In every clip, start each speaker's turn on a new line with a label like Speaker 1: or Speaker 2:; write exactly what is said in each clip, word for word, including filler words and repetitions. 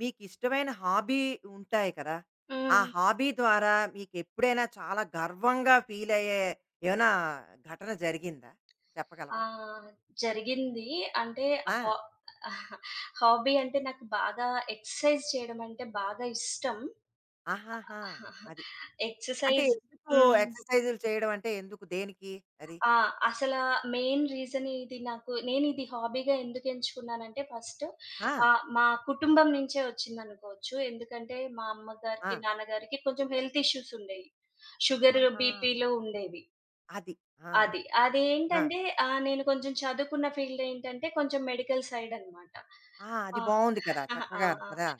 Speaker 1: మీకిష్టమైన హాబీ ఉంటాయి కదా! ఆ
Speaker 2: హ్మ్.
Speaker 1: హాబీ ద్వారా మీకెప్పుడైనా చాలా గర్వంగా ఫీలయ్యే ఏమైనా ఘటన జరిగిందా?
Speaker 2: ఆ!
Speaker 1: చెప్పగలవా?
Speaker 2: జరిగింది. అంటే
Speaker 1: ఆ!
Speaker 2: హా హాబీ అంటే నాకు బాగా ఎక్సర్సైజ్ చేయడం అంటే బాగా ఇష్టం.
Speaker 1: ఆహాహా! అది. అంటే
Speaker 2: ఎక్సర్సైజ్
Speaker 1: ఎందుకు
Speaker 2: హ్మ్.
Speaker 1: ఎక్సర్‌సైజులు చేయడం అంటే ఎందుకు? దేనికి అది?
Speaker 2: ఆ! అసల మెయిన్ రీజన్ ఇది నాకు నేను ఇది హాబీగా ఎందుకు ఎంచుకున్నానంటే ఫస్ట్
Speaker 1: ఆ!
Speaker 2: ఆహ్, మా కుటుంబం నుంచే వచ్చిందనుకోవచ్చు. ఎందుకంటే మా
Speaker 1: ఆ!
Speaker 2: అమ్మగారికి, నాన్నగారికి కొంచెం హెల్త్ ఇష్యూస్ ఉండేయి. షుగర్,
Speaker 1: ఆహాహా!
Speaker 2: బీపీలు ఉండేవి.
Speaker 1: అది. ఆ!
Speaker 2: అది.
Speaker 1: ఆ!
Speaker 2: అదేంటంటే ఆహ్, నేను కొంచెం చదువుకున్న ఫీల్డ్ ఏంటంటే కొంచెం మెడికల్ సైడ్ అన్నమాట.
Speaker 1: ఆ! అది
Speaker 2: ఆ!
Speaker 1: బావుంది కదా!
Speaker 2: ఆ!
Speaker 1: చక్కగాను
Speaker 2: ఆ!
Speaker 1: కదా!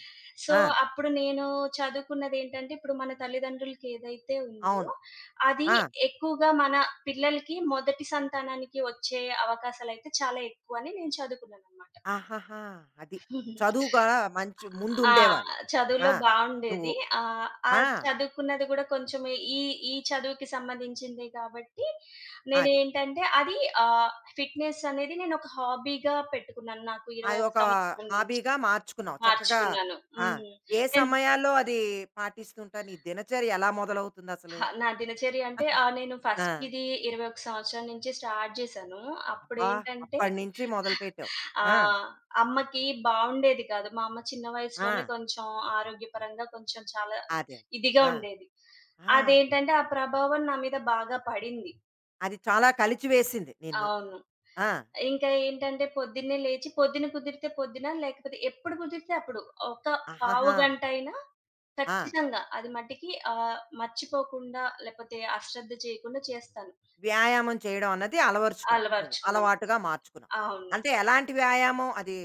Speaker 2: సో,
Speaker 1: ఆ!
Speaker 2: అప్పుడు నేను చదువుకున్నదేంటంటే ఇప్పుడు మన తల్లిదండ్రులకి ఏదైతే ఉందో
Speaker 1: అవును.
Speaker 2: అది
Speaker 1: ఆ!
Speaker 2: ఎక్కువగా మన పిల్లలకి మొదటి సంతానానికి వచ్చే అవకాశాలయితే చాలా ఎక్కువ అని నేను చదువుకున్నానన్నమాట.
Speaker 1: ఆహాహా! అది. చదువు కూడా మంచి
Speaker 2: ఆ!
Speaker 1: ముందుండేవాళ్ళు.
Speaker 2: చదువులో
Speaker 1: ఆ! నువ్వు.
Speaker 2: బావుండేది. ఆహ్, ఆ
Speaker 1: ఆ!
Speaker 2: చదువుకున్నది గూడా కొంచెం ఈ, ఈ చదువుకి సంబంధించిందే కాబట్టి,
Speaker 1: అది.
Speaker 2: నేనేంటంటే అది ఆహ్, ఫిట్‌నెస్ అనేది నేనొక హాబీగా పెట్టుకున్నాను. నాకు ఇరవై ఒక్క
Speaker 1: అదొక
Speaker 2: సంవత్సరం నుంచి
Speaker 1: హాబీగా మార్చుకున్నావు. చక్కగా
Speaker 2: మార్చుకున్నాను.
Speaker 1: ఆ!
Speaker 2: హ్మ్.
Speaker 1: ఏ
Speaker 2: నేను
Speaker 1: సమయాల్లో అది పాటిస్తుంటావు? నీ దినచర్య ఎలా మొదలవుతుందసలు?
Speaker 2: అహా! నా దినచర్య అంటే ఆహ్, నేను
Speaker 1: ఆ!
Speaker 2: ఫస్ట్ ఇది ఇరవై ఒక్క సంవత్సరం నుంచి స్టార్ట్ జేశాను.
Speaker 1: అబ్బా!
Speaker 2: అప్పుడేంటంటే
Speaker 1: అప్పటినుంచి మొదలుపెట్టావు.
Speaker 2: ఆ!
Speaker 1: ఆ!
Speaker 2: అమ్మకి బావుండేది కాదు. మా అమ్మ చిన్న వయసులోనే
Speaker 1: ఆ!
Speaker 2: కొంచెం ఆరోగ్యపరంగా కొంచెం చాలా
Speaker 1: అదే.
Speaker 2: ఇదిగా
Speaker 1: ఆ!
Speaker 2: ఉండేది.
Speaker 1: ఆ!
Speaker 2: అదేంటంటే ఆ ప్రభావం నా మీద బాగా పడింది.
Speaker 1: అది చాలా కలిచివేసింది నిన్ను.
Speaker 2: అవును.
Speaker 1: ఆ!
Speaker 2: ఇంకా ఏంటంటే పొద్దున్నే లేచి పొద్దున కుదిరితే పొద్దున, లేకపోతే ఎప్పుడు కుదిరితే అప్పుడు. ఒక పావు
Speaker 1: ఆహాహా!
Speaker 2: గంటైనా
Speaker 1: ఆ!
Speaker 2: ఖచ్చితంగా అది మటికి ఆహ్, మర్చిపోకుండా లేపోతే అశ్రద్ధ చేయకుండా చేస్తాను.
Speaker 1: వ్యాయామం చేయడం అన్నది అలవరుచుకున్నావు నువ్వు.
Speaker 2: అలవరుచుకున్నాను.
Speaker 1: అలవాటుగా మార్చుకున్నావు.
Speaker 2: అవును.
Speaker 1: అంటే ఎలాంటి వ్యాయామం? అది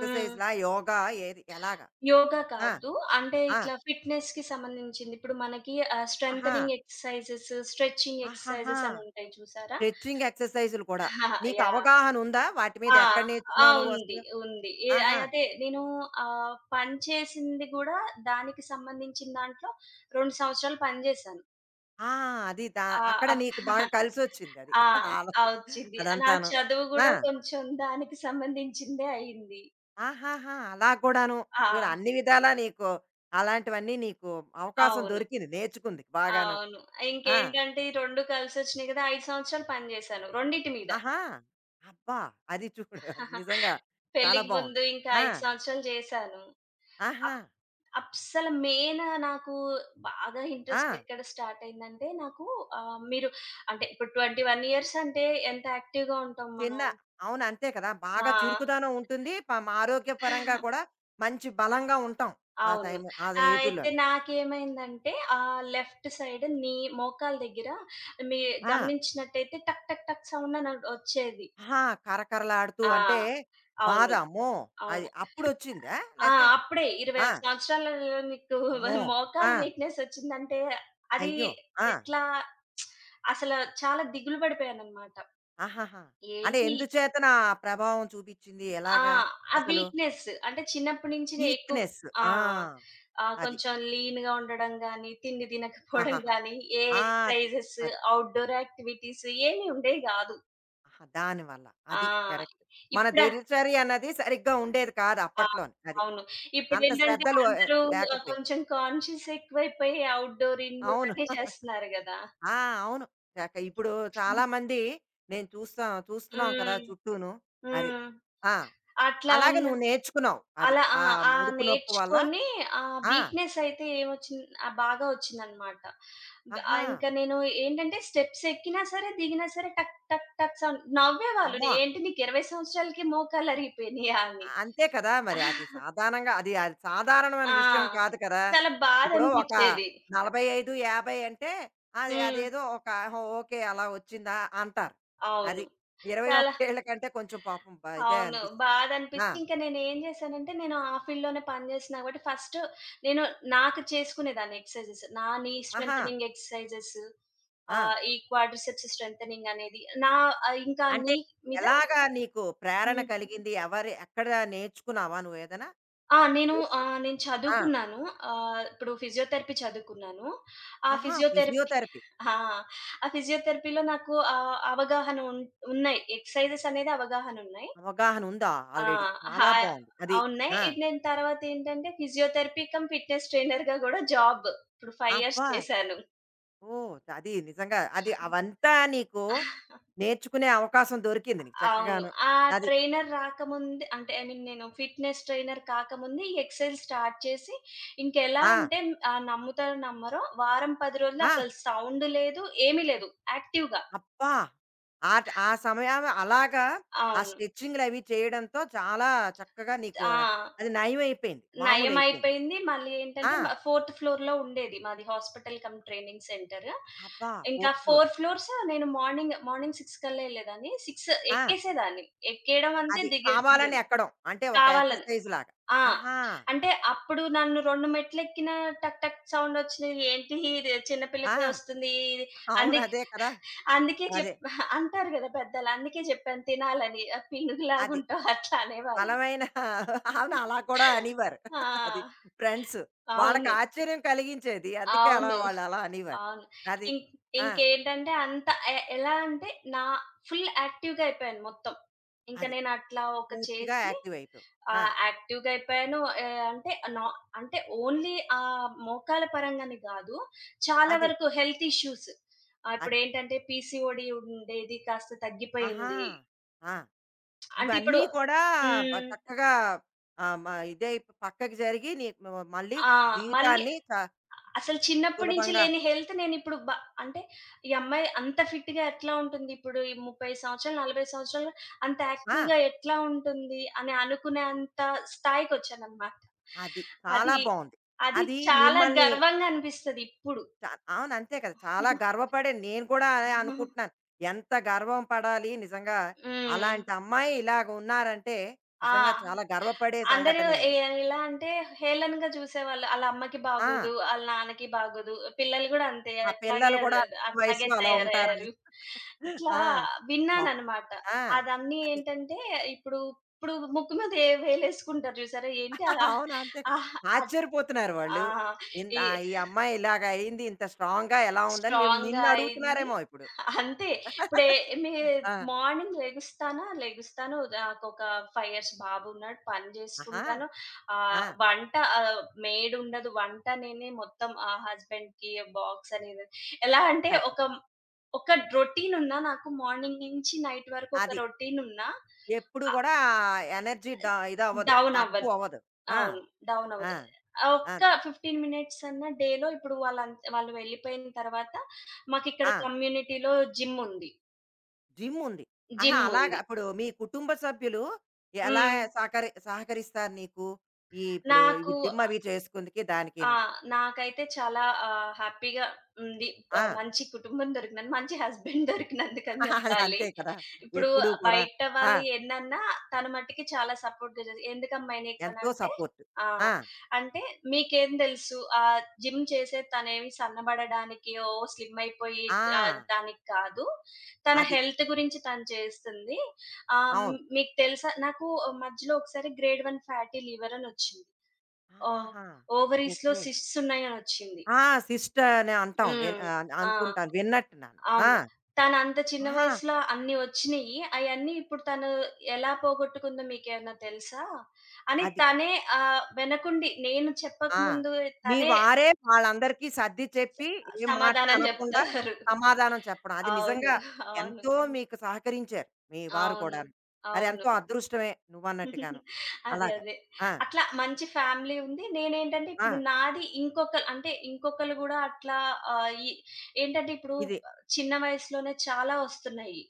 Speaker 2: హ్మ్.
Speaker 1: యోగా? ఏది? ఎలాగా?
Speaker 2: యోగా
Speaker 1: ఆ!
Speaker 2: కాదు. అంటే
Speaker 1: ఆ!
Speaker 2: ఇట్లా ఫిట్‌నెస్‌కి సంబంధించింది. ఇప్పుడు మనకి ఆహ్,
Speaker 1: ఆహా!
Speaker 2: స్ట్రెంథెనింగ్ ఎక్సర్‌సైజెస్, స్ట్రెచింగ్
Speaker 1: ఆహాహా!
Speaker 2: ఎక్సర్‌సైజెస్ అని ఉంటాయి చూసారా?
Speaker 1: స్ట్రెచింగ్ ఎక్సర్‌సైజులు కూడా. నీకు
Speaker 2: యాహ్!
Speaker 1: అవగాహన ఉందా? వాటి మీద
Speaker 2: ఆ!
Speaker 1: ఎక్కడ
Speaker 2: ఆ!
Speaker 1: నేర్చుకున్నావు నువ్వు
Speaker 2: ఉంది.
Speaker 1: అసలు?
Speaker 2: ఉంది. ఏ
Speaker 1: ఆహా!
Speaker 2: ఆహ్, అదే నేను ఆహ్, పని చేసింది గూడా దానికి సంబంధించిన దాంట్లో రెండు సంవత్సరాలు పని జేశాను.
Speaker 1: ఆ! అది దా అక్కడ
Speaker 2: ఆ!
Speaker 1: నీకు బాగా కలిసొచ్చిందది.
Speaker 2: ఆ!
Speaker 1: ఆలో
Speaker 2: ఆ! ఒచ్చింది. నా
Speaker 1: అదంతాను.
Speaker 2: చదువు
Speaker 1: ఆ!
Speaker 2: గూడా కొంచెం దానికి సంబంధించిందే అయింది.
Speaker 1: ఆహాహా! అలా కూడాను.
Speaker 2: ఆ!
Speaker 1: చూడు అన్ని విధాలా నీకు అలాంటివన్నీ నీకు అవకాశం
Speaker 2: అవును.
Speaker 1: దొరికింది నేర్చుకుందుకు బాగాను.
Speaker 2: అవును.
Speaker 1: ఆ!
Speaker 2: ఇంకేంటంటే ఈ రెండు కలిసొచ్చినాయి గదా! ఐదు సంవత్సరాలు పని జేశాను. రెండిటి మీద.
Speaker 1: ఆహా! అబ్బా! అది చూడు అది నిజంగా చాలా
Speaker 2: పెళ్ళికి
Speaker 1: బావుంది.
Speaker 2: ముందు ఇంకా
Speaker 1: ఆ!
Speaker 2: ఐదు సంవత్సరాలు జేశాను.
Speaker 1: ఆహా!
Speaker 2: అస్సలు మెయిన్ నాకు బాగా
Speaker 1: ఆ!
Speaker 2: ఇంట్రెస్ట్ ఎక్కడ స్టార్ట్ అయిందంటే నాకు ఆహ్, మీరు అంటే ఇప్పుడు ఇరవై ఒక్క ఇయర్స్ అంటే ఎంత యాక్టివ్‌గా ఉంటాం
Speaker 1: చిన్న
Speaker 2: మనం.
Speaker 1: అవును అంతే కదా! బాగా
Speaker 2: ఆ!
Speaker 1: చురుకుదనం ఉంటుంది. పం ఆరోగ్యపరంగా కూడా మంచి బలంగా ఉంటాం. ఆ
Speaker 2: అవును.
Speaker 1: టైమ్ ఆ
Speaker 2: ఆహ్,
Speaker 1: ఏజుల్లో.
Speaker 2: అయితే నాకేమైందంటే ఆహ్, లెఫ్ట్ సైడ్ నీ మోకాలు దగ్గర మీ
Speaker 1: ఆ!
Speaker 2: గమనించినట్టయితే టక్ టక్ టక్ సౌండ్ అని ఒ వచ్చేది.
Speaker 1: ఆహా! కరకరలాడుతూ
Speaker 2: ఆ!
Speaker 1: అంటే బాధ
Speaker 2: అవును.
Speaker 1: అమ్మో! అది
Speaker 2: అవును.
Speaker 1: అప్పుడొచ్చిందా?
Speaker 2: ఆ!
Speaker 1: లేతే
Speaker 2: అప్పుడే
Speaker 1: ఆ!
Speaker 2: ఇరవై ఒక్క సంవత్సరాలలో నీకు
Speaker 1: అమ్మో! ఆ!
Speaker 2: మోకాలు వీక్‌నెస్ వచ్చిందంటే అది
Speaker 1: అయ్యో! ఆ!
Speaker 2: ఎట్లా అసలు చాలా దిగులు పడిపోయానన్నమాట.
Speaker 1: ఆహాహా! అంటే
Speaker 2: ఏంటి
Speaker 1: ఎందుచేతన ఆ ప్రభావం చూపిచ్చింది?
Speaker 2: ఆ!
Speaker 1: ఎలాగా
Speaker 2: ఆ
Speaker 1: అసలు?
Speaker 2: వీక్‌నెస్ అంటే చిన్నప్పటి నుంచి ఎక్కువ
Speaker 1: వీక్‌నెస్.
Speaker 2: ఆ!
Speaker 1: ఆ!
Speaker 2: ఆ!
Speaker 1: అది.
Speaker 2: కొంచెం లీన్‌గా ఉండడం గాని, తిండి తినకపోవడం
Speaker 1: ఆహాహా!
Speaker 2: గాని, ఏ
Speaker 1: ఆ! అది.
Speaker 2: ఎక్సర్‌సైజెస్,
Speaker 1: అది.
Speaker 2: ఔట్‌డోర్ యాక్టివిటీస్ ఏమి ఉండేవి కాదు.
Speaker 1: ఆహా! దానివల్ల.
Speaker 2: ఆ!
Speaker 1: అది కరెక్ట్. మన
Speaker 2: ఇప్పుడా
Speaker 1: దినచర్య అన్నది సరిగ్గా ఉండేది కాదు
Speaker 2: ఆ!
Speaker 1: అప్పట్లోని. అది.
Speaker 2: అవును.
Speaker 1: అంత
Speaker 2: ఇప్పుడేంటంటే
Speaker 1: శ్రద్ధలు ఆహ్,
Speaker 2: అందరూ ఆహ్,
Speaker 1: లేకపోయి.
Speaker 2: కొంచెం కాన్షియస్ ఎక్కువైపోయి ఔట్‌డోర్, ఇండోర్
Speaker 1: అవును.
Speaker 2: అన్నీ చేస్తున్నారు గదా!
Speaker 1: ఆ! అవును. కాక ఇప్పుడు
Speaker 2: హ్మ్.
Speaker 1: చాలామంది నేను చూస్తా చూస్తున్నాం కదా
Speaker 2: హ్మ్.
Speaker 1: చుట్టూను. అది.
Speaker 2: హ్మ్.
Speaker 1: ఆ!
Speaker 2: అట్లా
Speaker 1: అలాగ
Speaker 2: ఉన్న
Speaker 1: నువ్వు నేర్చుకున్నావు. అది.
Speaker 2: అలా ఆ!
Speaker 1: ఆ
Speaker 2: ఆ
Speaker 1: ముడుకు నొప్పి వల్ల
Speaker 2: నేర్చుకొని ఆ
Speaker 1: ఆ!
Speaker 2: వీక్‌నెస్ అయితే ఏమొచ్చింది ఆహ్, బాగా వచ్చిందనమాట.
Speaker 1: ఆహా!
Speaker 2: ఆహ్, ఇంకా నేను ఏంటంటే స్టెప్స్ ఎక్కినా సరే, దిగినా సరే టక్ టక్ టక్ సౌండ్ నవ్వేవాళ్ళు.
Speaker 1: అమ్మో!
Speaker 2: "ఏంటి నీకు ఇరవై సంవత్సరాలకే మోకాళ్ళరిగిపోయినయా?" అని.
Speaker 1: అంతే కదా! మరి అది సాధారణంగా అది అది సాధారణమైన
Speaker 2: ఆ!
Speaker 1: విషయం కాదు కదా!
Speaker 2: చాలా
Speaker 1: ఇప్పుడు ఒక
Speaker 2: బాధనిపిచ్చేది.
Speaker 1: నలభై ఐదు, యాభై అంటే అది
Speaker 2: హ్మ్.
Speaker 1: అదేదో ఒక "ఓహో! ఓకే. అలా వచ్చిందా" అంటారు. అది
Speaker 2: అవును.
Speaker 1: ఇరవై ఒక్క
Speaker 2: చాలా
Speaker 1: ఏళ్ల కంటే కొంచెం పాపం బ ఇదే
Speaker 2: అవును.
Speaker 1: అనిపిస్తుంది. ఆ!
Speaker 2: బాధనిపిచ్చి ఇంక నేనేం జేశానంటే, నేను ఆ ఫీల్డ్‌లోనే పని జేస్తున్నా కాబట్టి ఫస్ట్ నేను నాకు చేసుకునేదాన్ని ఎక్సర్సైజెస్. నా నీ
Speaker 1: ఆహా!
Speaker 2: స్ట్రెంథెనింగ్ ఎక్సర్సైజెస్
Speaker 1: ఆ!
Speaker 2: ఆహ్, ఈ క్వాడ్రిసెప్స్ స్ట్రెంథెనింగ్ అనేది. నా ఆహ్, ఇంకా
Speaker 1: అంటే
Speaker 2: నీ మీద
Speaker 1: ఎలాగా నీకు ప్రేరణ
Speaker 2: హ్మ్.
Speaker 1: కలిగింది? ఎవరి ఎక్కడ నేర్చుకున్నావా నువ్వేదైనా?
Speaker 2: ఆ! నేను ఆహ్, నేను
Speaker 1: ఆ!
Speaker 2: చదువుకున్నాను. ఆహ్, ఇప్పుడు ఫిజియోథెరపీ చదువుకున్నాను. ఆ
Speaker 1: ఆహా!
Speaker 2: ఫిజియోథెరపీ
Speaker 1: ఫిజియోథెరపీ
Speaker 2: ఆ! ఆ ఫిజియోథెరపీలో నాకు ఆహ్, అవగాహన ఉన్ ఉన్నాయి. ఎక్సర్సైజెస్ అనేది అవగాహనున్నాయి.
Speaker 1: అవగాహన ఉందా
Speaker 2: ఆ!
Speaker 1: ఆల్రెడీ?
Speaker 2: హా
Speaker 1: చాలా బావుంది. అది.
Speaker 2: అవున్నాయి.
Speaker 1: ఆ!
Speaker 2: ఇటు నేను తర్వాతేంటంటే ఫిజియోథెరపీ కమ్ ఫిట్‌నెస్ ట్రైనర్‌గా గూడా జాబ్. ఇప్పుడు ఐదు ఇయర్స్
Speaker 1: అబ్బా!
Speaker 2: చేశాను.
Speaker 1: ఓహ్! అది నిజంగా అది అవంతా నీకు నేర్చుకునే అవకాశం దొరికింది నీకు
Speaker 2: అవును.
Speaker 1: చక్కగాను.
Speaker 2: ఆ
Speaker 1: అది.
Speaker 2: ట్రైనర్ రాకముందే అంటే ఐ మీన్ నేను ఫిట్‌నెస్ ట్రైనర్ కాకముందే ఈ ఎక్సైజ్ స్టార్ట్ చేసి, ఇంకెలా
Speaker 1: ఆ!
Speaker 2: అంటే ఆహ్, నమ్ముతారో నమ్మరో వారం పది రోజులు
Speaker 1: ఆ!
Speaker 2: అసలు సౌండ్ లేదు, ఏమీ లేదు యాక్టివ్‌గా.
Speaker 1: అబ్బా! ఆట్ ఆ సమయం అలాగా ఆ
Speaker 2: అవును.
Speaker 1: స్ట్రెచింగులవి చేయడంతో చాలా చక్కగా నీకు
Speaker 2: ఆ!
Speaker 1: అది నయమైపోయింది. మామూలయిపోయింది.
Speaker 2: నయమైపోయింది. మళ్ళీ
Speaker 1: ఆ!
Speaker 2: ఏంటంటే మ ఫోర్త్ ఫ్లోర్‌లో ఉండేది. మాది హాస్పిటల్ కమ్ ట్రైనింగ్ సెంటర్.
Speaker 1: అబ్బా!
Speaker 2: ఇంకా
Speaker 1: ఫోర్త్ ఫ్లోర్.
Speaker 2: నాలుగు ఫ్లోర్స్ నేను మార్నింగ్, మార్నింగ్ ఆరు కల్లా ఎళ్ళేదాన్ని. ఆరు
Speaker 1: ఆ!
Speaker 2: ఎక్కేసేదాన్ని. ఎక్కేయడం అంతే
Speaker 1: అది
Speaker 2: దిగే
Speaker 1: కావాలని
Speaker 2: దిగను.
Speaker 1: ఎక్కడం. అంటే ఒక
Speaker 2: కావాలని.
Speaker 1: ఎక్సర్‌సైజ్ లాగా.
Speaker 2: ఆ!
Speaker 1: ఆహా!
Speaker 2: అంటే అప్పుడు నన్ను రెండు మెట్లెక్కినా టక్ టక్ సౌండొచ్చినయి. ఏంటి ఇది చిన్న పిల్లకే
Speaker 1: ఆ!
Speaker 2: వస్తుంది. ఇది
Speaker 1: అవును.
Speaker 2: అంది
Speaker 1: అదే కదా!
Speaker 2: అందుకే
Speaker 1: అదే.
Speaker 2: చెప్ అంటారు గదా పెద్దలు. అందుకే జెప్పాను తినాలని. ఆ
Speaker 1: అది.
Speaker 2: పినుగులాగుంటావు అట్లా అనేవాళ్ళు.
Speaker 1: బలమైన అవును అలా కూడా అనేవారు.
Speaker 2: ఆ!
Speaker 1: అది ఫ్రెండ్స్. వాళ్ళకి
Speaker 2: అవును.
Speaker 1: ఆశ్చర్యం కలిగించేది. అందుకే అలా
Speaker 2: అవును.
Speaker 1: వాళ్ళు అలా అనేవారు.
Speaker 2: అవును.
Speaker 1: అది.
Speaker 2: ఇం
Speaker 1: ఆ!
Speaker 2: ఇంకేంటంటే అంత ఎ ఎలా అంటే నా ఫుల్ యాక్టివ్‌గా అయిపోయాను మొత్తం. ఇంక
Speaker 1: అది.
Speaker 2: నేను అట్లా ఒక
Speaker 1: పూర్తిగా
Speaker 2: చేసి
Speaker 1: యాక్టివ్ అయిపోయావు. ఆ!
Speaker 2: ఆహ్, యాక్టివ్‌గా అయిపోయాను. ఆహ్, అంటే నా అంటే ఓన్లీ ఆహ్, మోకాళ్ళ పరంగానే గాదు. చాలా
Speaker 1: అది.
Speaker 2: వరకు హెల్త్ ఇష్యూస్ ఆహ్,
Speaker 1: అది.
Speaker 2: ఇప్పుడేంటంటే పీసీఓడీ ఉండేది కాస్త
Speaker 1: ఆహా!
Speaker 2: తగ్గిపోయింది.
Speaker 1: ఆ!
Speaker 2: అంటే ఇప్పుడు
Speaker 1: ఇవన్నీ కూడా బ
Speaker 2: హ్మ్.
Speaker 1: చక్కగా ఆహ్, మ ఇదై పక్కకి జరిగి నీ మ మళ్ళీ
Speaker 2: ఆ! మళ్ళీ
Speaker 1: జీవితాన్ని చ
Speaker 2: అసలు చిన్నప్పటి నుంచి
Speaker 1: సులభంగా
Speaker 2: లేని హెల్త్ నేనిప్పుడు బ అంటే ఈ అమ్మాయి అంత ఫిట్‌గా ఎట్లా ఉంటుంది? ఇప్పుడు ఈ ముప్పై సంవత్సరాలు, నలభై సంవత్సరాలు అంత
Speaker 1: ఆ!
Speaker 2: యాక్టివ్‌గా ఎట్లా ఉంటుంది? అని అనుకునే అంత స్థాయికొచ్చాననమాట.
Speaker 1: అది. చాలా
Speaker 2: అది
Speaker 1: బావుంది.
Speaker 2: అది
Speaker 1: అది
Speaker 2: చాలా
Speaker 1: మిమ్మల్ని
Speaker 2: గర్వంగా అనిపిస్తది ఇప్పుడు.
Speaker 1: చా అవును అంతే కదా! చాలా గర్వపడాను. నేను కూడా అదే అనుకుంటున్నాను. ఎంత గర్వం పడాలి నిజంగా
Speaker 2: హ్మ్.
Speaker 1: అలాంటి అమ్మాయి ఇలాగ ఉన్నారంటే నిజంగా
Speaker 2: ఆ!
Speaker 1: చాలా గర్వపడే
Speaker 2: అందరూ
Speaker 1: సంఘటనే
Speaker 2: ఎ
Speaker 1: అది.
Speaker 2: ఎలా అంటే హేళనగా చూసేవాళ్ళు. ఆళ్ళ అమ్మకి
Speaker 1: ఆ!
Speaker 2: బాగోదు, ఆళ్ళ నాన్నకి బాగోదు. పిల్లలు గూడా అంతే
Speaker 1: ఆ
Speaker 2: అట్లాగే
Speaker 1: పిల్లలు కూడా చిన్న
Speaker 2: అట్లాగే
Speaker 1: వయసులో అలా ఉంటారని.
Speaker 2: తయారయ్యారు. ఇట్లా
Speaker 1: ఆ! పాపం.
Speaker 2: విన్నాననమాట.
Speaker 1: ఆ!
Speaker 2: అదన్నీ
Speaker 1: అది.
Speaker 2: ఏంటంటే ఇప్పుడు ఇప్పుడు ముక్కు మీద ఏ వేలేసుకుంటారు చూసారా? ఏంటి ఆ
Speaker 1: అవును అంతే కదా!
Speaker 2: ఆ!
Speaker 1: ఆశ్చర్యపోతున్నారు
Speaker 2: ఆ! ఆ!
Speaker 1: వాళ్ళు. ఇంద్
Speaker 2: ఈ
Speaker 1: ఆ! ఈ అమ్మాయి ఇలాగ అయింది ఇంత స్ట్రాంగ్‌గా ఎలా ఉందని మేము
Speaker 2: స్ట్రాంగ్‌గా
Speaker 1: నిన్ను
Speaker 2: అయింది.
Speaker 1: అడుగుతున్నారేమో ఇప్పుడు.
Speaker 2: అంతే. ఇప్పుడే మీ
Speaker 1: ఆ!
Speaker 2: మార్నింగ్ లెగుస్తానా, లెగుస్తాను. నాకొక ఐదు ఇయర్స్ బాబున్నాడు. పని
Speaker 1: ఆహా!
Speaker 2: జేసుకుంటాను.
Speaker 1: ఆ!
Speaker 2: ఆహ్, వంట ఆహ్, మేడుండదు. వంట నేనే మొత్తం ఆ హస్బెండ్‌కి బాక్స్ అని ఇది ఎలా అంటే
Speaker 1: కట్టి
Speaker 2: ఒక ఒక రొటీనున్నా నాకు మార్నింగ్ నుంచి నైట్ వరకు ఒక
Speaker 1: అది.
Speaker 2: రొటీనున్నా
Speaker 1: ఎప్పుడు
Speaker 2: ఆహ్,
Speaker 1: కూడా ఆ ఎనర్జీ డ ఇదవ్వదు.
Speaker 2: డౌనవ్వను.
Speaker 1: తక్కువవ్వదు. ఆ!
Speaker 2: అవును. డౌన్
Speaker 1: ఆ!
Speaker 2: అవుతది. ఆ ఒక్క
Speaker 1: అది.
Speaker 2: పదిహేను మినిట్స్ అన్నా డేలో ఇప్పుడు వాళ్ళంత వాళ్ళు వెళ్ళిపోయిన తర్వాత మాకిక్కడ
Speaker 1: ఆ!
Speaker 2: కమ్యూనిటీలో జిమ్ ఉంది.
Speaker 1: జిమ్ ఉంది. ఆహా!
Speaker 2: జిమ్
Speaker 1: అలాగా
Speaker 2: ఉంది.
Speaker 1: ఇప్పుడు మీ కుటుంబ సభ్యులు ఎలా
Speaker 2: హ్మ్.
Speaker 1: సహకరి సహకరిస్తారు నీకు? ఈ ఇప్పుడు ఇవి
Speaker 2: నాకు
Speaker 1: జిమ్ అవి చేసుకుందుకి
Speaker 2: ఆ!
Speaker 1: దానికిను.
Speaker 2: నాకైతే చాలా ఆహ్, హ్యాపీగా ఉంది.
Speaker 1: ఆ!
Speaker 2: ఆహ్, మంచి కుటుంబం దొరికినందుకు, మంచి హస్బెండ్ దొరికినందుకని
Speaker 1: అది
Speaker 2: జెప్పాలి.
Speaker 1: అంతే కదా!
Speaker 2: ఇప్పుడు
Speaker 1: ఎప్పుడూ కూడా.
Speaker 2: బయట
Speaker 1: ఆ!
Speaker 2: వాళ్ళు ఎన్నన్నా తన మట్టికి చాలా సపోర్ట్‌గా జేసి "ఎందుకమ్మాయి
Speaker 1: ఎంతో
Speaker 2: నీకనంటే"
Speaker 1: సపోర్ట్.
Speaker 2: ఆ!
Speaker 1: ఆ!
Speaker 2: అంటే "మీకేం దెలుసు ఆహ్, జిమ్ చేసేది తనేమి సన్నబడడానికి, ఓ స్లిమ్ అయిపోయి ఆహ్,
Speaker 1: ఆ!
Speaker 2: దానికి కాదు. తన
Speaker 1: అది.
Speaker 2: హెల్త్ గురించి తను చేస్తుంది. ఆహ్,
Speaker 1: అవును.
Speaker 2: మీకు తెలుసా" నాకు మధ్యలో ఒకసారి గ్రేడ్ వన్ ఫ్యాటీ లివర్ అనొచ్చింది. ఓహ్!
Speaker 1: ఆహాహా!
Speaker 2: ఓవరీస్‌లో
Speaker 1: ఓకే.
Speaker 2: సిస్ట్స్ ఉన్నాయనొచ్చింది.
Speaker 1: ఆ! సిస్టర్ అనే అంటాం. విన్
Speaker 2: హ్మ్.
Speaker 1: ఆహ్,
Speaker 2: ఆ!
Speaker 1: అనుకుంటాను. విన్నట్టున్నాను. ఆ!
Speaker 2: అవును. తనంత చిన్న
Speaker 1: ఆహా!
Speaker 2: వయసులో అన్ని వచ్చినియి. అయన్నీ ఇప్పుడు తను ఎలా పోగొట్టుకుందో మీకేమన్నా తెలుసా? అని
Speaker 1: అది.
Speaker 2: తనే ఆహ్, వెనకుండి నేను
Speaker 1: ఆ!
Speaker 2: చెప్పకముందు
Speaker 1: మీ
Speaker 2: తనే
Speaker 1: వారే వాళ్ళందరికీ సర్ది చెప్పి ఏ మాట
Speaker 2: సమాధానం
Speaker 1: అనకుండా
Speaker 2: జెప్తారు.
Speaker 1: సమాధానం చెప్పడం. అది
Speaker 2: అవును.
Speaker 1: నిజంగా
Speaker 2: అవును.
Speaker 1: ఎంతో మీకు సహకరించారు మీ వారు
Speaker 2: అవును.
Speaker 1: కూడాను.
Speaker 2: అవును.
Speaker 1: అదెంతో అదృష్టమే నువ్వన్నట్టుగాను.
Speaker 2: అదే.
Speaker 1: అలాగా.
Speaker 2: అదే.
Speaker 1: ఆ!
Speaker 2: అట్లా మంచి ఫ్యామిలీ ఉంది. నేనేంటంటే
Speaker 1: ఆ!
Speaker 2: ఇప్పుడు నాది ఇంకొక అంటే ఇంకొకళ్ళు గూడా అట్లా ఆహ్, ఈ ఏంటంటే ఇప్పుడు
Speaker 1: ఇది.
Speaker 2: చిన్న వయసులోనే చాలా వస్తున్నాయి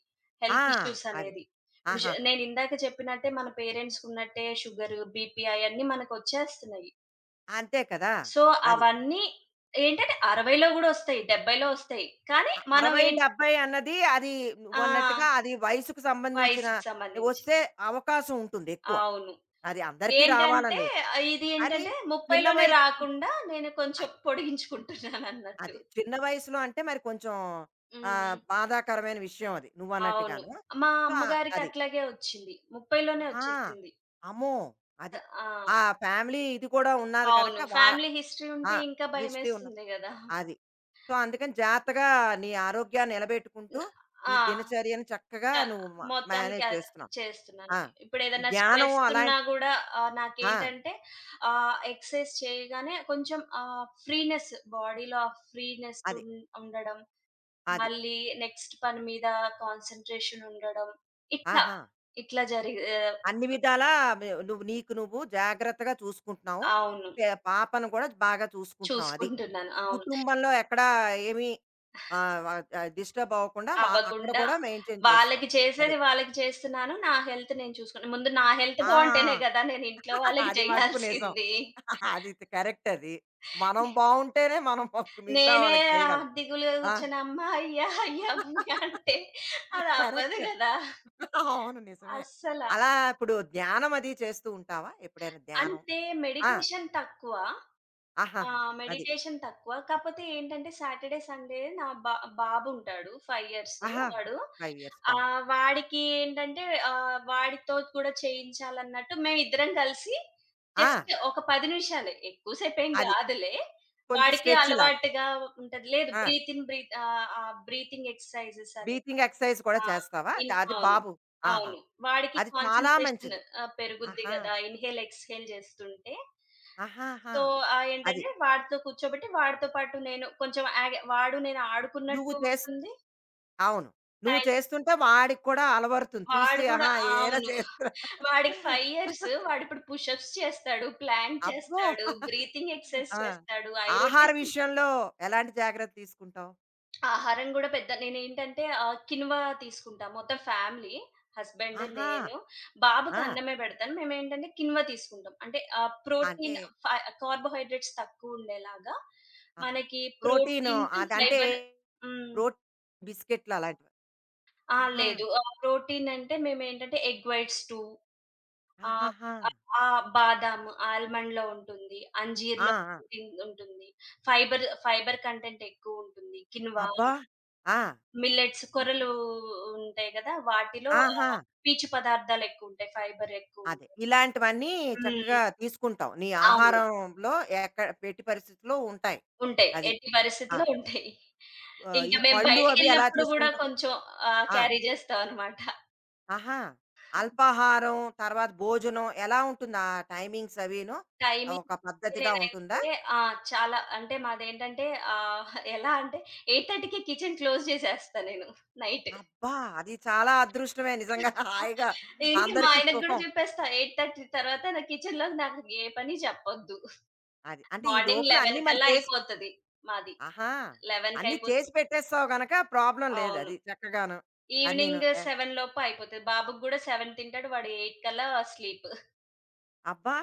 Speaker 1: ఆ!
Speaker 2: హెల్త్ ఇష్యూస్
Speaker 1: అది.
Speaker 2: అనేది. ఇప్పుడు షు
Speaker 1: ఆహాహా!
Speaker 2: నేను ఇందాక చెప్పినట్టే మన పేరెంట్స్‌కున్నట్టే షుగరు, బీపీ అయన్నీ మనకొచ్చేస్తున్నాయి.
Speaker 1: అంతే కదా!
Speaker 2: సో,
Speaker 1: అది.
Speaker 2: అవన్నీ ఏంటంటే అరవైలో గూడా వస్తాయి. డెబ్బైలో వస్తాయి. కానీ
Speaker 1: అ
Speaker 2: మనం
Speaker 1: అరవై,
Speaker 2: ఏం
Speaker 1: డెబ్బై అన్నది అది
Speaker 2: ఆ!
Speaker 1: నువ్వన్నట్టుగా అది వయసుకు సంబంధించిన
Speaker 2: వయసుకి సంబంధించి.
Speaker 1: వస్తే అవకాశం ఉంటుంది ఎక్కువ.
Speaker 2: అవును.
Speaker 1: అది అందరికీ రావాలని
Speaker 2: ఏంటంటే
Speaker 1: లేదు.
Speaker 2: ఆహ్, ఇది
Speaker 1: కానీ
Speaker 2: ఏంటంటే ముప్పై
Speaker 1: చిన్న
Speaker 2: లోనే
Speaker 1: వయసు
Speaker 2: రాకుండా నేను కొంచెం
Speaker 1: అది.
Speaker 2: పొడిగించుకుంటున్నానన్నట్టు.
Speaker 1: అదే. చిన్న వయసులో అంటే మరి కొంచెం ఆహ్,
Speaker 2: హ్మ్.
Speaker 1: బాధాకరమైన విషయం అది
Speaker 2: అవును.
Speaker 1: నువ్వన్నట్టుగాను.
Speaker 2: మా
Speaker 1: సో, ఆ-
Speaker 2: అమ్మగారికి
Speaker 1: అది.
Speaker 2: అట్లాగే వచ్చింది. ముప్పై లోనే
Speaker 1: ఆహా!
Speaker 2: వచ్చేసింది.
Speaker 1: అమ్మో! అది.
Speaker 2: ఆ!
Speaker 1: ఆ ఫ్యామిలీ ఇది కూడా ఉన్నది కనుక
Speaker 2: అవును.
Speaker 1: వా
Speaker 2: ఫ్యామిలీ హిస్టరీ
Speaker 1: ఆ!
Speaker 2: ఉంటే ఇంకా
Speaker 1: హిస్టరీ ఉన్న
Speaker 2: భయమేస్తుంది గదా!
Speaker 1: అది. సో, అందుకని జాగ్రత్తగా నీ ఆరోగ్యాన్ని నిలబెట్టుకుంటూ,
Speaker 2: న
Speaker 1: ఈ
Speaker 2: ఆ!
Speaker 1: దినచర్యను చక్కగా
Speaker 2: చ
Speaker 1: నువ్వు మ
Speaker 2: మొత్తానికి
Speaker 1: మేనేజ్
Speaker 2: అది
Speaker 1: చేస్తున్నావు.
Speaker 2: చేస్తున్నాను.
Speaker 1: ఆ! ఈ
Speaker 2: ఇప్పుడేదైనా
Speaker 1: ధ్యానం
Speaker 2: స్ట్రెస్ ఉన్నా
Speaker 1: అలాంటి
Speaker 2: గూడా ఆహ్,
Speaker 1: ఆ!
Speaker 2: నాకేంటంటే ఆహ్, ఎక్సర్‌సైజ్ చేయగానే కొంచెం ఆహ్, ఫ్రీనెస్ బాడీలో ఆ ఫ్రీనెస్
Speaker 1: అది.
Speaker 2: ఉం ఉండడం.
Speaker 1: అది.
Speaker 2: మళ్ళీ నెక్స్ట్ పని మీద కాన్సంట్రేషన్ ఉండడం. ఇట్లా,
Speaker 1: ఆహా!
Speaker 2: ఇట్లా జరిగి ఆహ్,
Speaker 1: అన్ని విధాలా వ్ నువ్వు నీకు నువ్వు జాగ్రత్తగా చూసుకుంటున్నావు.
Speaker 2: అవును.
Speaker 1: పె పాపను కూడా బాగా చూసుకుంటున్నావు అది.
Speaker 2: చూసుకుంటున్నాను. అవును.
Speaker 1: కుటుంబంలో ఎక్కడా ఏమి ఆహ్, వ ఆహ్, డిస్టర్బ్ అవ్వకుండా వ అక్కడ
Speaker 2: అవ్వకుండా
Speaker 1: కూడా మెయింటైన్
Speaker 2: వాళ్ళకి
Speaker 1: చేస్తున్నావు. అది.
Speaker 2: చేసేది వాళ్ళకి చేస్తున్నాను. నా హెల్త్ నేను చూసుకున్నా. ముందు నా హెల్త్
Speaker 1: ఆ!
Speaker 2: బావుంటేనే గదా! నేను ఇంట్లో
Speaker 1: ఆ!
Speaker 2: వాళ్ళకి
Speaker 1: అది మట్టుకు నిజం.
Speaker 2: చేయాల్సింది.
Speaker 1: అది తి కరెక్ట్ అది. మనం బావుంటేనే మనం పక్ మిగతా
Speaker 2: నేనే
Speaker 1: వాళ్ళకి
Speaker 2: ఆహ్,
Speaker 1: చేయగలం.
Speaker 2: దిగులుగా
Speaker 1: ఆ!
Speaker 2: కూర్చొని అమ్మా! అయ్యా! అయ్యా! అమ్మా! అంటే అది అవ్వదు
Speaker 1: కరెక్ట్.
Speaker 2: గదా!
Speaker 1: అవును నిజమే.
Speaker 2: అస్సల.
Speaker 1: అలా ఇప్పుడు ధ్యానం అది చేస్తూ ఉంటావా? ఎప్పుడైనా ధ్యానం?
Speaker 2: అంటే
Speaker 1: ఆ!
Speaker 2: మెడిటేషన్ తక్కువ. ఆ!
Speaker 1: ఆహాహా! అది.
Speaker 2: మెడిటేషన్ తక్కువ. కాపోతే ఏంటంటే సాటర్‌డే, సండే నా బా బాబుంటాడు ఐదు ఇయర్స్
Speaker 1: ఆహా!
Speaker 2: వాడు.
Speaker 1: ఐదు ఇయర్స్ బాబు.
Speaker 2: ఆహ్, వాడికి ఏంటంటే ఆహ్, వాడితో కూడా చేయించాలన్నట్టు మేమిద్దరం కలిసి
Speaker 1: ఆ!
Speaker 2: జస్ట్ ఒక పది నిమిషాలే. ఎక్కువసేపేం
Speaker 1: అది
Speaker 2: గాదులే.
Speaker 1: కొంచెం
Speaker 2: వాడికి
Speaker 1: స్ట్రెచ్ లాగా.
Speaker 2: అలవాటుగా ఉంటది. లేదు
Speaker 1: ఆ!
Speaker 2: బ్రీత్ ఇన్ బ్రీత్ ఆహ్, ఆ బ్రీతింగ్ ఎక్సర్‌సైజెస్ అని.
Speaker 1: బ్రీతింగ్ ఎక్సర్‌సైజ్ కూడా
Speaker 2: ఆ!
Speaker 1: చేస్తావా?
Speaker 2: ఇన్
Speaker 1: ద అది
Speaker 2: అవును.
Speaker 1: బాబు ఆహా!
Speaker 2: అవును. వాడికి
Speaker 1: అది చాలా
Speaker 2: కాన్సంట్రేషన్
Speaker 1: మంచిది.
Speaker 2: ఆహ్, పెరుగుద్ది
Speaker 1: ఆహా!
Speaker 2: గదా! ఇన్‌హేల్, ఎక్స్‌హేల్ జేస్తుంటే.
Speaker 1: ఆహాహా!
Speaker 2: సో, ఆహ్,
Speaker 1: అది.
Speaker 2: ఏంటంటే వాడితో కూర్చోబెట్టి, వాడితో పాటు నేను కొంచెం యాగ్ వాడు నేను
Speaker 1: నువ్వు
Speaker 2: ఆడుకున్నట్టు
Speaker 1: చేస్
Speaker 2: ఉంటుంది.
Speaker 1: అవును. నువ్వు
Speaker 2: టైం
Speaker 1: చేస్తుంటే వాడికి కూడా అలవడుతుంది. చూసి
Speaker 2: వాడు గూడా
Speaker 1: ఆహా! ఏరా
Speaker 2: అవును.
Speaker 1: చేస్తున్నా
Speaker 2: వాడికి ఐదు ఇయర్స్. వాడిప్పుడు పుషప్స్ చేస్తాడు, ప్లాంక్
Speaker 1: అబ్బో!
Speaker 2: చేస్తాడు, బ్రీతింగ్ ఎక్సర్‌సైజ్
Speaker 1: ఆ!
Speaker 2: చేస్తాడు,
Speaker 1: ఆహార
Speaker 2: ఐరోటేషన్
Speaker 1: విషయంలో ఎలాంటి జాగ్రత్త తీసుకుంటావు?
Speaker 2: ఆహారం గూడా పెద్ద నేనేంటంటే ఆహ్, కినువ తీసుకుంటా. మొత్తం ఫ్యామిలీ హస్బెండ్,
Speaker 1: ఆహా!
Speaker 2: నేను, బాబుకి
Speaker 1: ఆ!
Speaker 2: అన్నమే పెడతాను. మేమేంటంటే కినువ తీసుకుంటాం. అంటే ఆహ్,
Speaker 1: అంటే
Speaker 2: ప్రోటీన్ ఫై కార్బోహైడ్రేట్స్ తక్కువుండేలాగా
Speaker 1: ఆహా!
Speaker 2: మనకి
Speaker 1: ప్రోటీను
Speaker 2: ప్రోటీన్స్,
Speaker 1: అదంటే
Speaker 2: ఫైబర్ హ్మ్.
Speaker 1: ప్రోటీన్ బిస్కెట్లు అలాంటివా?
Speaker 2: ఆ!
Speaker 1: ఆహా!
Speaker 2: లేదు. ఆహ్, ప్రోటీన్ అంటే మేమేంటంటే ఎగ్ వైట్స్ రెండు ఆహ్,
Speaker 1: ఆహాహా!
Speaker 2: ఆహ్, బాదాం, ఆల్మండ్‌లో ఉంటుంది.
Speaker 1: ఆ!
Speaker 2: అంజీర్‌లో
Speaker 1: ఆ!
Speaker 2: ప్రోటీన్ ఉంటుంది. ఫైబర్, ఫైబర్ కంటెంట్ ఎక్కువుంటుంది. కినువ
Speaker 1: అబ్బా! ఆ!
Speaker 2: మిల్లెట్స్
Speaker 1: ఇ
Speaker 2: కొర్రలు ఉంటాయి గదా! వాటిలో
Speaker 1: ఆహా!
Speaker 2: ఆహ్, పీచు పదార్థాలెక్కువుంటాయి. ఫైబర్
Speaker 1: అదే.
Speaker 2: ఎక్కువుంటాయి.
Speaker 1: ఇలాంటివన్నీ
Speaker 2: హ్మ్.
Speaker 1: చక్కగా తీసుకుంటావు. నీ
Speaker 2: అవును.
Speaker 1: ఆహారంలో ఎక్కడ పెట్టి పరిస్థితిలో ఉంటాయి.
Speaker 2: ఉంటాయి.
Speaker 1: అది.
Speaker 2: ఎట్టి
Speaker 1: ఆ!
Speaker 2: పరిస్థితిలో ఉంటాయి.
Speaker 1: ఆహ్, ఈ
Speaker 2: ఇంకా మేము
Speaker 1: పళ్ళు అవి ఎలా
Speaker 2: బయటికెళ్ళినప్పుడు గూడా
Speaker 1: తీసుకుంటావు?
Speaker 2: కొంచెం ఆహ్,
Speaker 1: ఆ!
Speaker 2: క్యారీ చేస్తాం అనమాట.
Speaker 1: ఆహా! అల్పాహారం, తర్వాత భోజనం ఎలా ఉంటుంది ఆ టైమింగ్స్ అవిను?
Speaker 2: టైమింగ్
Speaker 1: ఒక పద్ధతిగా ఉంటుందా?
Speaker 2: నేనైతే ఆ! చాలా అంటే మాదేంటంటే ఆహ్, ఎలా అంటే 8:30కే కిచెన్ క్లోజ్ చేసేస్తా నేను నైట్.
Speaker 1: అబ్బా! అది చాలా అదృష్టమే నిజంగా. హాయిగా
Speaker 2: ఇంక మా
Speaker 1: అందరికీ
Speaker 2: ఆయనకి గూడా
Speaker 1: సుఖం.
Speaker 2: చెప్పేస్తా ఎనిమిదిన్నర తర్వాత నా కిచెన్‌లోకి నాకు ఏ పని చెప్పొద్దు.
Speaker 1: అది. అంటే ఈ
Speaker 2: మార్నింగ్
Speaker 1: లోపున అన్నీ
Speaker 2: పదకొండు
Speaker 1: మరి
Speaker 2: కల్లా
Speaker 1: చేసి
Speaker 2: అయిపోతది మాది.
Speaker 1: ఆహా!
Speaker 2: పదకొండుకి
Speaker 1: అన్నీ చేసి
Speaker 2: అయిపోతది.
Speaker 1: పెట్టేస్తావు గనక ప్రాబ్లమ్
Speaker 2: అవును.
Speaker 1: లేదది. చక్కగాను. అది నేను
Speaker 2: ఈవినింగ్
Speaker 1: ఎ
Speaker 2: ఏడు లోపు అయిపోతది. బాబుకి గూడా ఏడు తింటాడు. వాడు ఎనిమిది కల్లా స్లీప్.
Speaker 1: అబ్బా!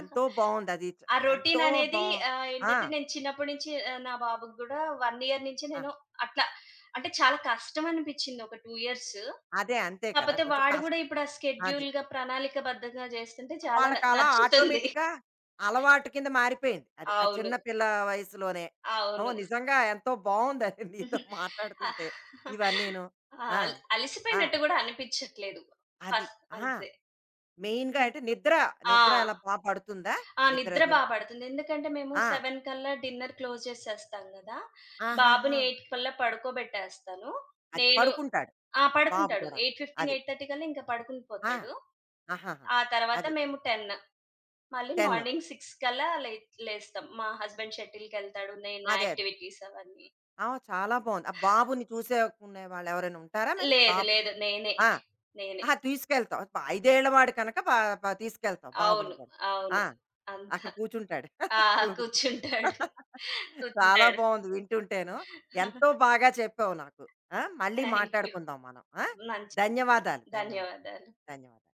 Speaker 1: ఎంతో బావుందది.
Speaker 2: ఆ
Speaker 1: చ
Speaker 2: రొటీన్
Speaker 1: ఎంతో
Speaker 2: అనేది
Speaker 1: బావుంది.
Speaker 2: ఆహ్,
Speaker 1: ఆ!
Speaker 2: ఏంటంటే నేను చిన్నప్పటి నుంచి ఆహ్, నా బాబుకి గూడా ఒక ఇయర్ నుంచి
Speaker 1: ఆ!
Speaker 2: నేను అట్లా అంటే చాలా కష్టం అనిపిచ్చింది ఒక రెండు ఇయర్స్.
Speaker 1: అదే అంతే కదా!
Speaker 2: కాపోతే
Speaker 1: కొంచెం
Speaker 2: వాడు
Speaker 1: కష్
Speaker 2: గూడా ఇప్పుడు ఆ
Speaker 1: అది.
Speaker 2: స్కెడ్యూల్‌గా ప్రణాళికబద్ధంగా జేస్తుంటే చాలా
Speaker 1: వాళ్ళకలా
Speaker 2: నచ్చుతుంది.
Speaker 1: ఆటోమేటిక్‌గా అలవాటు కింద మారిపోయింది. అది. ఆ
Speaker 2: అవును.
Speaker 1: చిన్న పిల్ల వయసులోనే.
Speaker 2: అవును.
Speaker 1: అవును. నిజంగా ఎంతో బావుందది నీతో మాట్లాడుతుంటే ఇవన్నీను.
Speaker 2: ఆ!
Speaker 1: ఆ!
Speaker 2: అల్
Speaker 1: ఆ!
Speaker 2: అలిసిపోయినట్టు గూడా అనిపిచ్చట్లేదు.
Speaker 1: అది.
Speaker 2: ఫస్ట్
Speaker 1: ఆ!
Speaker 2: అంతే.
Speaker 1: మెయిన్‌గా
Speaker 2: హుహు.
Speaker 1: అంటే నిద్ర,
Speaker 2: ఆ!
Speaker 1: నిద్ర అలా బా పడుతుందా?
Speaker 2: ఆ! నిద్ర బా
Speaker 1: నిద్రదిను.
Speaker 2: పడుతుంది. ఎందుకంటే మేము
Speaker 1: ఆ!
Speaker 2: ఏడు కల్లా డిన్నర్ క్లోజ్ చేసేస్తాం గదా!
Speaker 1: ఆహాహా!
Speaker 2: బాబుని ఎనిమిది కల్లా పడుకోబెట్టేస్తాను.
Speaker 1: అది
Speaker 2: నేను
Speaker 1: పడుకుంటాడు
Speaker 2: ఆ!
Speaker 1: బాబు
Speaker 2: పడుకుంటాడు.
Speaker 1: కూడా.
Speaker 2: ఎనిమిది పదిహేను,
Speaker 1: అది.
Speaker 2: ఎనిమిదిన్నర కల్లా ఇంకా పడుకుని
Speaker 1: ఆ!
Speaker 2: పోతాడు.
Speaker 1: ఆహాహా!
Speaker 2: ఆ తర్వాత
Speaker 1: అది
Speaker 2: మేము పది మళ్ళీ
Speaker 1: పది
Speaker 2: మార్నింగ్ ఆరు కల్లా లే లేస్తాం. మా హస్బెండ్ షటిల్‌కెళ్తాడు. నేను నా
Speaker 1: అదే. అదే.
Speaker 2: యాక్టివిటీస్ అవన్నీ.
Speaker 1: ఆ! చాలా బావుంది. ఆ బాబుని చూసేకునే వాళ్ళెవరైనా ఉంటారా మరి?
Speaker 2: లేదు.
Speaker 1: బాబు
Speaker 2: లేదు. నేనే.
Speaker 1: ఆ!
Speaker 2: నేనే.
Speaker 1: అహా! తీసుకెళ్తావు. ప ఐదు ఏళ్ల వాడు కనుక ప ప తీసుకెళ్తావు బాబుని
Speaker 2: అవును.
Speaker 1: కూడా. ఆ!
Speaker 2: అవును. అంత
Speaker 1: అక్కడ కూర్చుంటాడు.
Speaker 2: ఆ!
Speaker 1: చూడుకు.
Speaker 2: కూర్చుంటాడు.
Speaker 1: చాలా
Speaker 2: కూర్చుంటాడు.
Speaker 1: బావుంది వింటుంటేను. ఎంతో బాగా చెప్పావు నాకు. ఆ! మళ్ళీ
Speaker 2: థాంక్ యూ.
Speaker 1: మాట్లాడుకుందాం మనం. ఆ!
Speaker 2: మంచిది.
Speaker 1: ధన్యవాదాలు. ధన్యవాదాలు.
Speaker 2: ధన్యవాదాలు.
Speaker 1: ధన్యవాదాలు.